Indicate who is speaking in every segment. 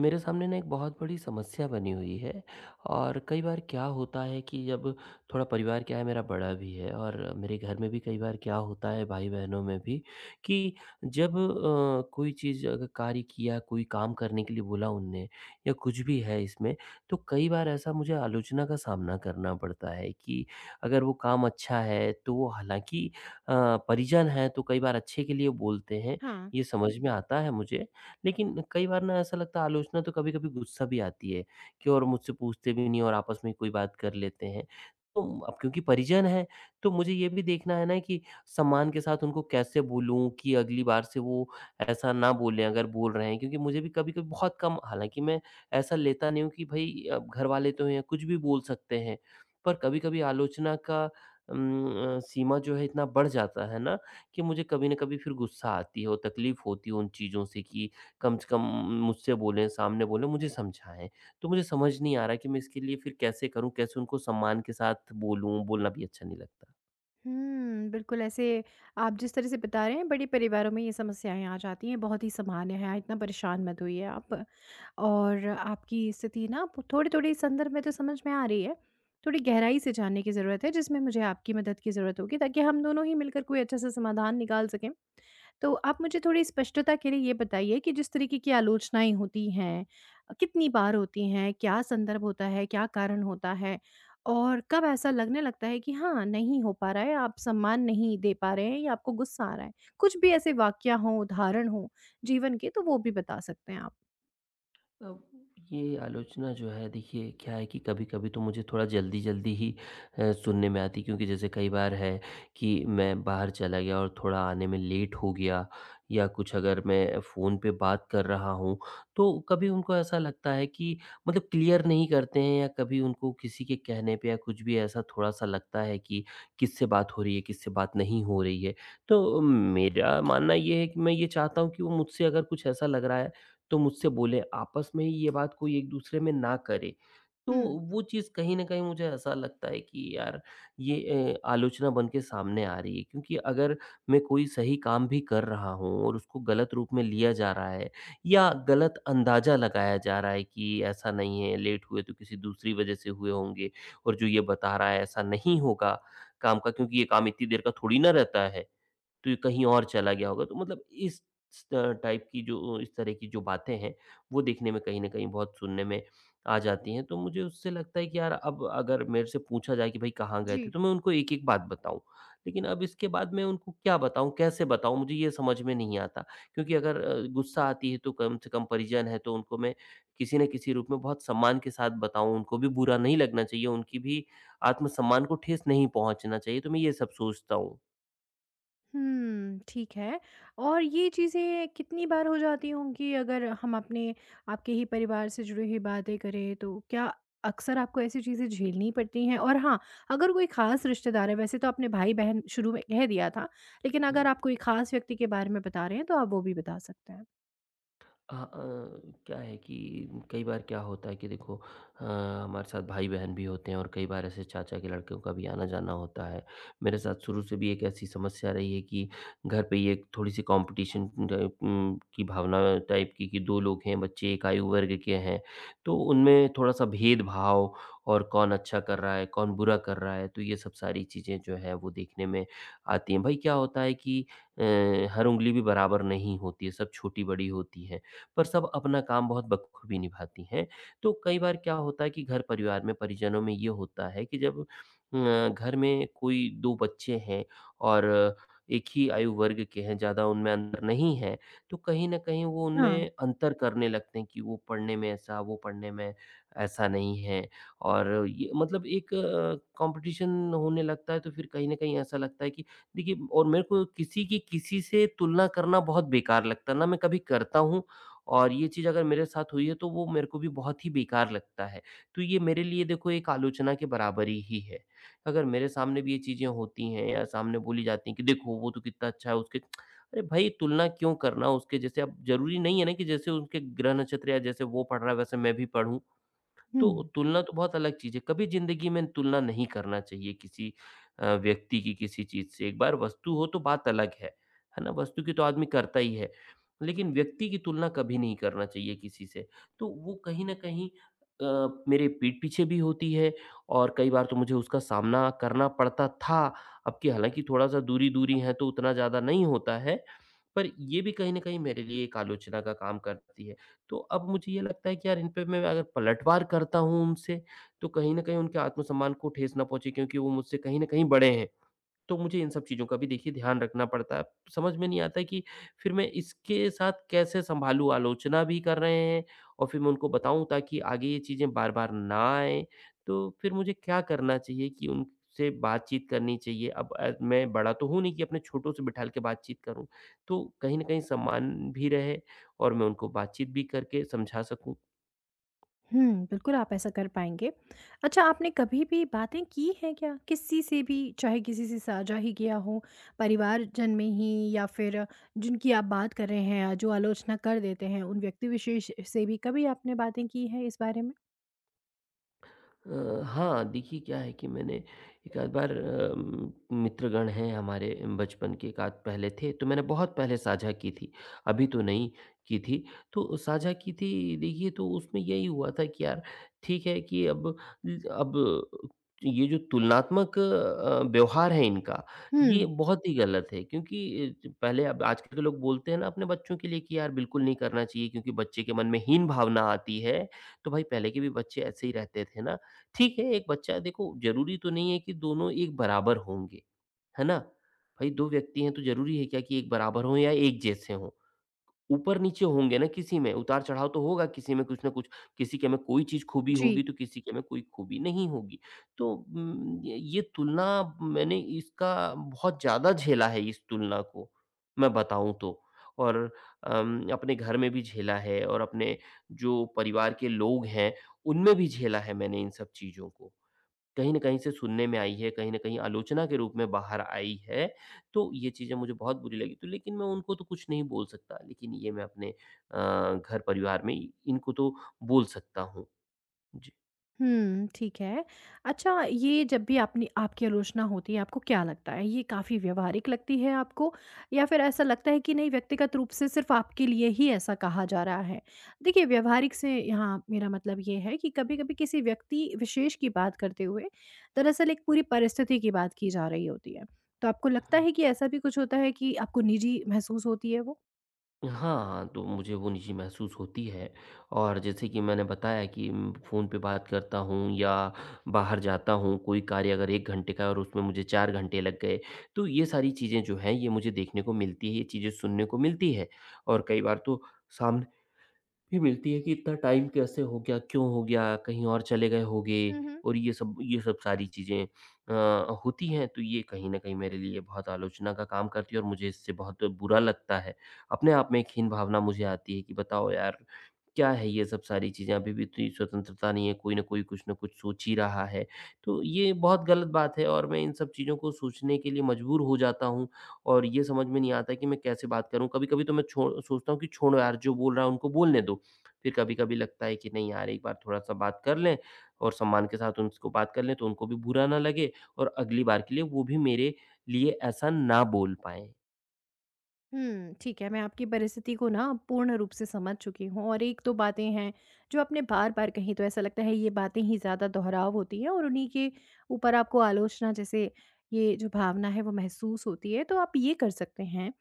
Speaker 1: मेरे सामने ना एक बहुत बड़ी समस्या बनी हुई है। और कई बार क्या होता है कि जब, थोड़ा परिवार क्या है मेरा बड़ा भी है, और मेरे घर में भी कई बार क्या होता है भाई बहनों में भी, कि जब कोई चीज़ अगर कार्य किया, कोई काम करने के लिए बोला उनने या कुछ भी है इसमें, तो कई बार ऐसा मुझे आलोचना का सामना करना पड़ता है कि अगर वो काम अच्छा है तो वो, हालांकि अ, परिजन है तो कई बार अच्छे के लिए बोलते हैं,
Speaker 2: हाँ।
Speaker 1: ये समझ में आता है मुझे। लेकिन कई बार ना ऐसा लगता है, आलोचना तो कभी-कभी गुस्सा भी आती है कि और मुझसे पूछते भी नहीं, और आपस में कोई बात कर लेते हैं। तो अब क्योंकि परिजन हैं, तो मुझे ये भी देखना है ना कि सम्मान के साथ उनको कैसे बोलूँ कि अगली बार से वो ऐसा ना बोलें अगर बोल रहे हैं। क्योंकि मुझे भी कभी-कभी बहुत कम, हालाँकि मैं ऐसा लेता नहीं हूँ कि भई अब घर वाले तो हैं, कुछ भी बोल सकते हैं। पर कभी-कभी आलोचना का सीमा जो है इतना बढ़ जाता है ना कि मुझे कभी न कभी फिर गुस्सा आती है और तकलीफ़ होती है उन चीज़ों से कि कम से कम मुझसे बोलें, सामने बोलें, मुझे समझाएँ। तो मुझे समझ नहीं आ रहा कि मैं इसके लिए फिर कैसे करूँ? कैसे उनको सम्मान के साथ बोलूँ? बोलना भी अच्छा नहीं लगता।
Speaker 2: हुँ, बिल्कुल ऐसे आप जिस तरह से बता रहे हैं बड़े परिवारों में ये समस्याएँ आ जाती हैं, बहुत ही सामान्य है, इतना परेशान मत होइए आप। और आपकी स्थिति ना थोड़ी-थोड़ी संदर्भ में तो समझ में आ रही है, थोड़ी गहराई से जानने की ज़रूरत है जिसमें मुझे आपकी मदद की ज़रूरत होगी ताकि हम दोनों ही मिलकर कोई अच्छा-सा समाधान निकाल सकें। तो आप मुझे थोड़ी स्पष्टता के लिए ये बताइए कि जिस तरीके की आलोचनाएँ होती हैं, कितनी बार होती हैं? क्या संदर्भ होता है? क्या कारण होता है? और कब ऐसा लगने लगता है कि हाँ, नहीं हो पा रहा है, आप सम्मान नहीं दे पा रहे हैं या आपको गुस्सा आ रहा है? कुछ भी ऐसे वाकया हों, उदाहरण हों जीवन के, तो वो भी बता सकते हैं आप।
Speaker 1: अब ये आलोचना जो है देखिए क्या है कि कभी-कभी तो मुझे थोड़ा जल्दी-जल्दी ही सुनने में आती है, क्योंकि जैसे कई बार है कि मैं बाहर चला गया और थोड़ा आने में लेट हो गया, या कुछ अगर मैं फ़ोन पे बात कर रहा हूँ, तो कभी उनको ऐसा लगता है कि मतलब क्लियर नहीं करते हैं, या कभी उनको किसी के कहने पे या कुछ भी ऐसा थोड़ा-सा लगता है कि किससे बात हो रही है, किससे बात नहीं हो रही है। तो मेरा मानना ये है कि मैं ये चाहता हूँ कि वो मुझसे, अगर कुछ ऐसा लग रहा है तो मुझसे बोले, आपस में ही ये बात कोई एक-दूसरे में ना करे। तो
Speaker 2: हुँ,
Speaker 1: वो चीज़ कहीं न कहीं मुझे ऐसा लगता है कि यार, ये आलोचना बन के सामने आ रही है, क्योंकि अगर मैं कोई सही काम भी कर रहा हूँ और उसको गलत रूप में लिया जा रहा है या गलत अंदाज़ा लगाया जा रहा है कि ऐसा नहीं है, लेट हुए तो किसी दूसरी वजह से हुए होंगे, और जो ये बता रहा है ऐसा नहीं होगा काम का, क्योंकि ये काम इतनी देर का थोड़ी ना रहता है। तो ये कहीं और चला गया होगा। तो मतलब इस टाइप की, जो इस तरह की जो बातें हैं, वो देखने में कहीं न कहीं बहुत सुनने में आ जाती हैं। तो मुझे उससे लगता है कि यार, अब अगर मेरे से पूछा जाए कि भई कहाँ गए
Speaker 2: जी।
Speaker 1: थे? तो मैं उनको एक-एक बात बताऊँ। लेकिन अब इसके बाद मैं उनको क्या बताऊँ, कैसे बताऊँ? मुझे ये समझ में नहीं आता। क्योंकि अगर गुस्सा आती है तो कम से कम परिजन है, तो उनको मैं किसी न किसी रूप में बहुत सम्मान के साथ बताऊँ। उनको भी बुरा नहीं लगना चाहिए, उनकी भी आत्मसम्मान को ठेस नहीं पहुँचना चाहिए। तो मैं ये सब सोचता हूँ।
Speaker 2: हुँ, ठीक है। और ये चीज़ें कितनी बार हो जाती होंगी अगर हम अपने आपके ही परिवार से जुड़ी हुई बातें करें तो क्या अक्सर आपको ऐसी चीज़ें झेलनी पड़ती हैं? और हाँ, अगर कोई ख़ास रिश्तेदार है वैसे तो आपने भाई-बहन शुरू में कह दिया था, लेकिन अगर
Speaker 1: हुँ।
Speaker 2: आप कोई ख़ास व्यक्ति के बारे में बता रहे हैं तो आप वो भी बता सकते हैं?
Speaker 1: हाँ, क्या है कि कई बार क्या होता है कि देखो, हमारे साथ भाई-बहन भी होते हैं और कई बार ऐसे चाचा के लड़कों का भी आना-जाना होता है। मेरे साथ शुरू से भी एक ऐसी समस्या रही है कि घर पे ये थोड़ी-सी कॉम्पिटिशन टाइप की भावना टाइप की, कि 2 लोग हैं, बच्चे एक आयु वर्ग के हैं, तो उनमें थोड़ा-सा भेदभाव, और कौन अच्छा कर रहा है, कौन बुरा कर रहा है, तो ये सब सारी चीज़ें जो हैं वो देखने में आती हैं। भाई क्या होता है कि अ, हर उँगली भी बराबर नहीं होती है, सब छोटी-बड़ी होती है। पर सब अपना काम बहुत बखूबी निभाती हैं। तो कई बार क्या होता है कि घर परिवार में, परिजनों में ये होता है कि जब घर में कोई 2 बच्चे हैं और एक ही आयु वर्ग के हैं, ज़्यादा उनमें अंतर नहीं है, तो कहीं न कहीं वो
Speaker 2: हाँ।
Speaker 1: उनमें अंतर करने लगते हैं कि वो पढ़ने में ऐसा, वो पढ़ने में ऐसा नहीं है, और ये मतलब एक कॉम्पिटिशन होने लगता है, तो फिर कहीं न कहीं ऐसा लगता है कि देखिए, और मेरे को किसी की किसी से तुलना करना बहुत बेकार लगता है, ना मैं कभी करता हूँ, और ये चीज़ अगर मेरे साथ हुई है तो वो मेरे को भी बहुत ही बेकार लगता है। तो ये मेरे लिए देखो एक आलोचना के बराबर ही है। अगर मेरे सामने भी ये चीज़ें होती हैं या सामने बोली जाती हैं कि देखो वो तो कितना अच्छा है उसके, अरे भाई, तुलना क्यों करना उसके जैसे? अब ज़रूरी नहीं है ना कि जैसे उनके ग्रह नक्षत्र, या जैसे वो पढ़ रहा है वैसे मैं भी पढ़ूँ। तो
Speaker 2: हुँ।
Speaker 1: तुलना तो बहुत अलग चीज़ है, कभी ज़िंदगी में तुलना नहीं करना चाहिए किसी व्यक्ति की किसी चीज़ से। एक बार वस्तु हो तो बात अलग है ना? वस्तु की तो आदमी करता ही है, लेकिन व्यक्ति की तुलना कभी नहीं करना चाहिए किसी से। तो वो कहीं न कहीं मेरे पीठ पीछे भी होती है, और कई बार तो मुझे उसका सामना करना पड़ता था। अब कि हालाँकि थोड़ा-सा दूरी-दूरी है तो उतना ज़्यादा नहीं होता है, पर ये भी कहीं न कहीं मेरे लिए एक आलोचना का काम करती है। तो अब मुझे ये लगता है कि यार, इन पे मैं अगर पलटवार करता हूँ उनसे, तो कहीं न कहीं उनके आत्मसम्मान को ठेस ना पहुँचे, क्योंकि वो मुझसे कहीं न कहीं बड़े हैं। तो मुझे इन सब चीज़ों का भी देखिए ध्यान रखना पड़ता है। समझ में नहीं आता है कि फिर मैं इसके साथ कैसे सँभालूँ? आलोचना भी कर रहे हैं, और फिर मैं उनको बताऊँ ताकि आगे ये चीज़ें बार-बार ना आएँ। तो फिर मुझे क्या करना चाहिए कि उनसे बातचीत करनी चाहिए? अब मैं बड़ा तो हूँ नहीं कि अपने छोटों से बिठा के बातचीत करूँ। तो कहीं न कहीं सम्मान भी रहे और मैं उनको बातचीत भी करके समझा सकूँ।
Speaker 2: हुँ, बिल्कुल आप ऐसा कर पाएँगे। अच्छा आपने कभी भी बातें की हैं क्या? किसी से भी चाहे किसी से साझा ही किया हो, परिवारजन में ही या फिर जिनकी आप बात कर रहे हैं या जो आलोचना कर देते हैं, उन व्यक्ति विशेष से भी कभी आपने बातें की हैं इस बारे में?
Speaker 1: हाँ, देखिए क्या है कि मैंने एक आध बार मित्रगण हैं हमारे बचपन के एक आध पहले थे, तो मैंने बहुत पहले साझा की थी, अभी तो नहीं की थी। तो साझा की थी देखिए, तो उसमें यही हुआ था कि यार, ठीक है कि अब ये जो तुलनात्मक व्यवहार है इनका,
Speaker 2: हुँ,
Speaker 1: ये बहुत ही गलत है, क्योंकि पहले अब आजकल के लोग बोलते हैं ना अपने बच्चों के लिए कि यार बिल्कुल नहीं करना चाहिए, क्योंकि बच्चे के मन में हीन भावना आती है। तो भाई पहले के भी बच्चे ऐसे ही रहते थे ना, ठीक है, एक बच्चा देखो ज़रूरी तो नहीं है कि दोनों एक बराबर होंगे, है ना? भई 2 व्यक्ति हैं तो ज़रूरी है क्या कि एक बराबर हों या एक जैसे हों? ऊपर-नीचे होंगे ना किसी में, उतार-चढ़ाव तो होगा किसी में कुछ न कुछ, किसी के में कोई चीज़ खूबी
Speaker 2: जी।
Speaker 1: होगी तो किसी के में कोई खूबी नहीं होगी। तो उम, य ये तुलना, मैंने इसका बहुत ज़्यादा झेला है इस तुलना को, मैं बताऊँ तो। और अपने घर में भी झेला है और अपने जो परिवार के लोग हैं, उनमें भी झेला है मैंने इन सब चीज़ों को। कहीं न कहीं से सुनने में आई है, कहीं न कहीं आलोचना के रूप में बाहर आई है, तो ये चीज़ें मुझे बहुत बुरी लगी। तो लेकिन मैं उनको तो कुछ नहीं बोल सकता, लेकिन ये मैं अपने घर-परिवार में इनको तो बोल सकता हूँ। जी।
Speaker 2: हुँ, ठीक है। अच्छा ये जब भी आपने आपकी आलोचना होती है, आपको क्या लगता है? ये काफ़ी व्यावहारिक लगती है आपको या फिर ऐसा लगता है कि नहीं व्यक्तिगत रूप से सिर्फ़ आपके लिए ही ऐसा कहा जा रहा है? देखिए व्यावहारिक से यहाँ मेरा मतलब ये है कि कभी-कभी किसी व्यक्ति विशेष की बात करते हुए दरअसल एक पूरी परिस्थिति की बात की जा रही होती है। तो आपको लगता है कि ऐसा भी कुछ होता है कि आपको निजी महसूस होती है वो?
Speaker 1: हाँ, हाँ, तो मुझे वो निज़ी महसूस होती है, और जैसे कि मैंने बताया कि फ़ोन पे बात करता हूँ या बाहर जाता हूँ, कोई कार्य अगर 1 घंटे का है और उसमें मुझे 4 घंटे लग गए, तो ये सारी चीज़ें जो हैं, ये मुझे देखने को मिलती है, ये चीज़ें सुनने को मिलती है, और कई बार तो सामने भी मिलती है कि इतना टाइम कैसे हो गया, क्यों हो गया, कहीं और चले गए होंगे, और ये सब सारी चीज़ें होती हैं, तो ये कहीं न कहीं मेरे लिए बहुत आलोचना का काम करती है और मुझे इससे बहुत बुरा लगता है। अपने आप में एक हीन भावना मुझे आती है कि बताओ यार, क्या है ये सब सारी चीज़ें, अभी भी इतनी स्वतंत्रता नहीं है, कोई न कोई कुछ न कुछ सोच ही रहा है। तो ये बहुत गलत बात है और मैं इन सब चीज़ों को सोचने के लिए मजबूर हो जाता हूँ, और ये समझ में नहीं आता कि मैं कैसे बात करूँ। कभी-कभी तो मैं छोड़ सोचता हूँ कि छोड़ो यार, जो बोल रहा है उनको बोलने दो। फिर कभी-कभी लगता है कि नहीं यार, एक बार थोड़ा-सा बात कर लें और सम्मान के साथ उनको बात कर लें तो उनको भी बुरा ना लगे, और अगली बार के लिए वो भी मेरे लिए ऐसा ना बोल पाएँ।
Speaker 2: हुँ, ठीक है, मैं आपकी परिस्थिति को ना पूर्ण रूप से समझ चुकी हूँ और एक दो बातें हैं जो आपने बार-बार कहीं तो ऐसा लगता है ये बातें ही ज़्यादा दोहराव होती हैं और उन्हीं के ऊपर आपको आलोचना जैसे ये जो भावना है वो महसूस होती है। तो आप ये कर सकते हैं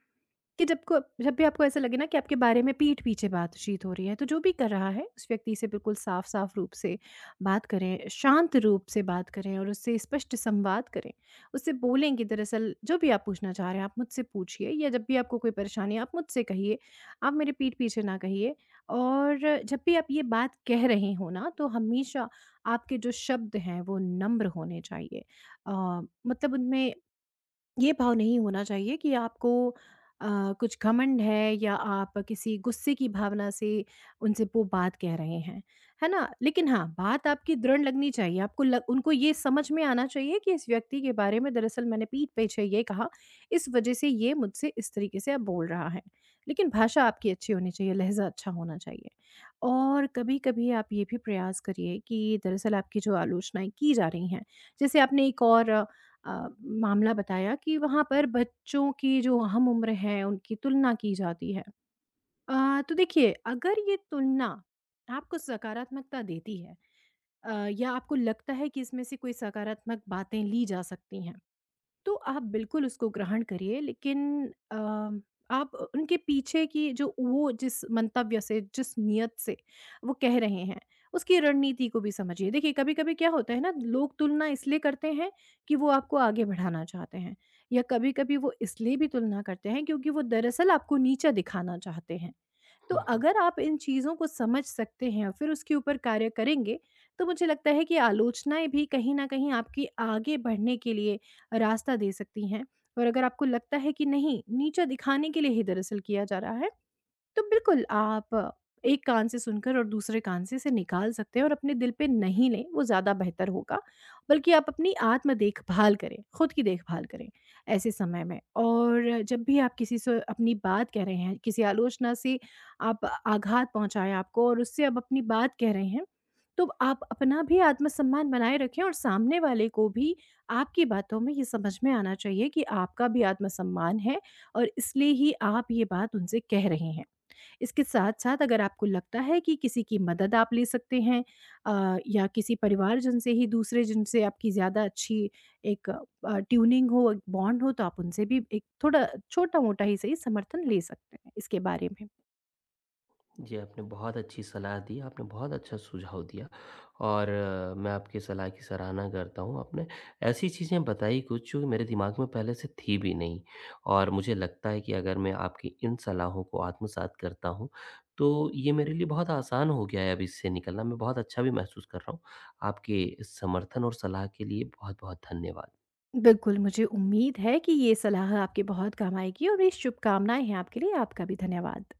Speaker 2: कि जब भी आपको ऐसा लगे ना कि आपके बारे में पीठ पीछे बातचीत हो रही है, तो जो भी कर रहा है, उस व्यक्ति से बिल्कुल साफ-साफ रूप से बात करें, शांत रूप से बात करें और उससे स्पष्ट संवाद करें। उससे बोलें कि दरअसल जो भी आप पूछना चाह रहे हैं, आप मुझसे पूछिए या जब भी आपको कोई परेशानी है, आप मुझसे कहिए, आप मेरे पीठ पीछे ना कहिए। और जब भी आप ये बात कह रहे हो ना, तो हमेशा आपके जो शब्द हैं, वो नम्र होने चाहिए। अ, मतलब उनमें ये भाव नहीं होना चाहिए कि आपको अ, कुछ घमंड है या आप किसी गुस्से की भावना से उनसे वो बात कह रहे हैं, है ना? लेकिन हाँ, बात आपकी दृढ़ लगनी चाहिए, उनको ये समझ में आना चाहिए कि इस व्यक्ति के बारे में दरअसल मैंने पीठ पीछे ये कहा, इस वजह से ये मुझसे इस तरीके से अब बोल रहा है। लेकिन भाषा आपकी अच्छी होनी चाहिए, लहजा अच्छा होना चाहिए। और कभी कभी आप ये भी प्रयास करिए कि दरअसल आपकी जो आलोचनाएं की जा रही हैं, जैसे आपने एक और अ, मामला बताया कि वहाँ पर बच्चों की जो हम उम्र है उनकी तुलना की जाती है। तो देखिए, अगर ये तुलना आपको सकारात्मकता देती है, या आपको लगता है कि इसमें से कोई सकारात्मक बातें ली जा सकती हैं, तो आप बिल्कुल उसको ग्रहण करिए। लेकिन आप उनके पीछे की जो वो जिस मंतव्य से, जिस नियत से वो कह रहे हैं, उसकी रणनीति को भी समझिए। देखिए, कभी कभी क्या होता है ना, लोग तुलना इसलिए करते हैं कि वो आपको आगे बढ़ाना चाहते हैं, या कभी कभी वो इसलिए भी तुलना करते हैं क्योंकि वो दरअसल आपको नीचा दिखाना चाहते हैं। तो
Speaker 1: हुँ, हुँ।
Speaker 2: अगर आप इन चीज़ों को समझ सकते हैं और फिर उसके ऊपर कार्य करेंगे, तो मुझे लगता है कि आलोचनाएँ भी कहीं न कहीं आपके आगे बढ़ने के लिए रास्ता दे सकती हैं। और अगर आपको लगता है कि नहीं, नीचा दिखाने के लिए ही दरअसल किया जा रहा है, तो बिल्कुल आप एक कान से सुनकर और दूसरे कान से इसे निकाल सकते हैं और अपने दिल पे नहीं लें, वो ज़्यादा बेहतर होगा। बल्कि आप अपनी आत्म देखभाल करें, खुद की देखभाल करें ऐसे समय में। और जब भी आप किसी से अपनी बात कह रहे हैं, किसी आलोचना से आप आघात पहुँचा है आपको और उससे आप अपनी बात कह रहे हैं, तो आप अपना भी आत्मसम्मान बनाए रखें और सामने वाले को भी आपकी बातों में ये समझ में आना चाहिए कि आपका भी आत्मसम्मान है और इसलिए ही आप ये बात उनसे कह रहे हैं। इसके साथ-साथ अगर आपको लगता है कि किसी की मदद आप ले सकते हैं, या किसी परिवारजन से ही दूसरे जिनसे आपकी ज़्यादा अच्छी एक ट्यूनिंग हो, एक बॉन्ड हो, तो आप उनसे भी एक थोड़ा छोटा-मोटा ही सही समर्थन ले सकते हैं इसके बारे में।
Speaker 1: जी, आपने बहुत अच्छी सलाह दी, आपने बहुत अच्छा सुझाव दिया, और मैं आपकी सलाह की सराहना करता हूँ। आपने ऐसी चीज़ें बताई कुछ जो मेरे दिमाग में पहले से थी भी नहीं, और मुझे लगता है कि अगर मैं आपकी इन सलाहों को आत्मसात करता हूँ, तो ये मेरे लिए बहुत आसान हो गया है अब इससे निकलना। मैं बहुत अच्छा भी महसूस कर रहा हूँ। आपके इस समर्थन और सलाह के लिए बहुत-बहुत धन्यवाद।
Speaker 2: बिल्कुल, मुझे उम्मीद है कि ये सलाह आपके बहुत काम आएगी और मेरी शुभकामनाएँ हैं आपके लिए। आपका भी धन्यवाद।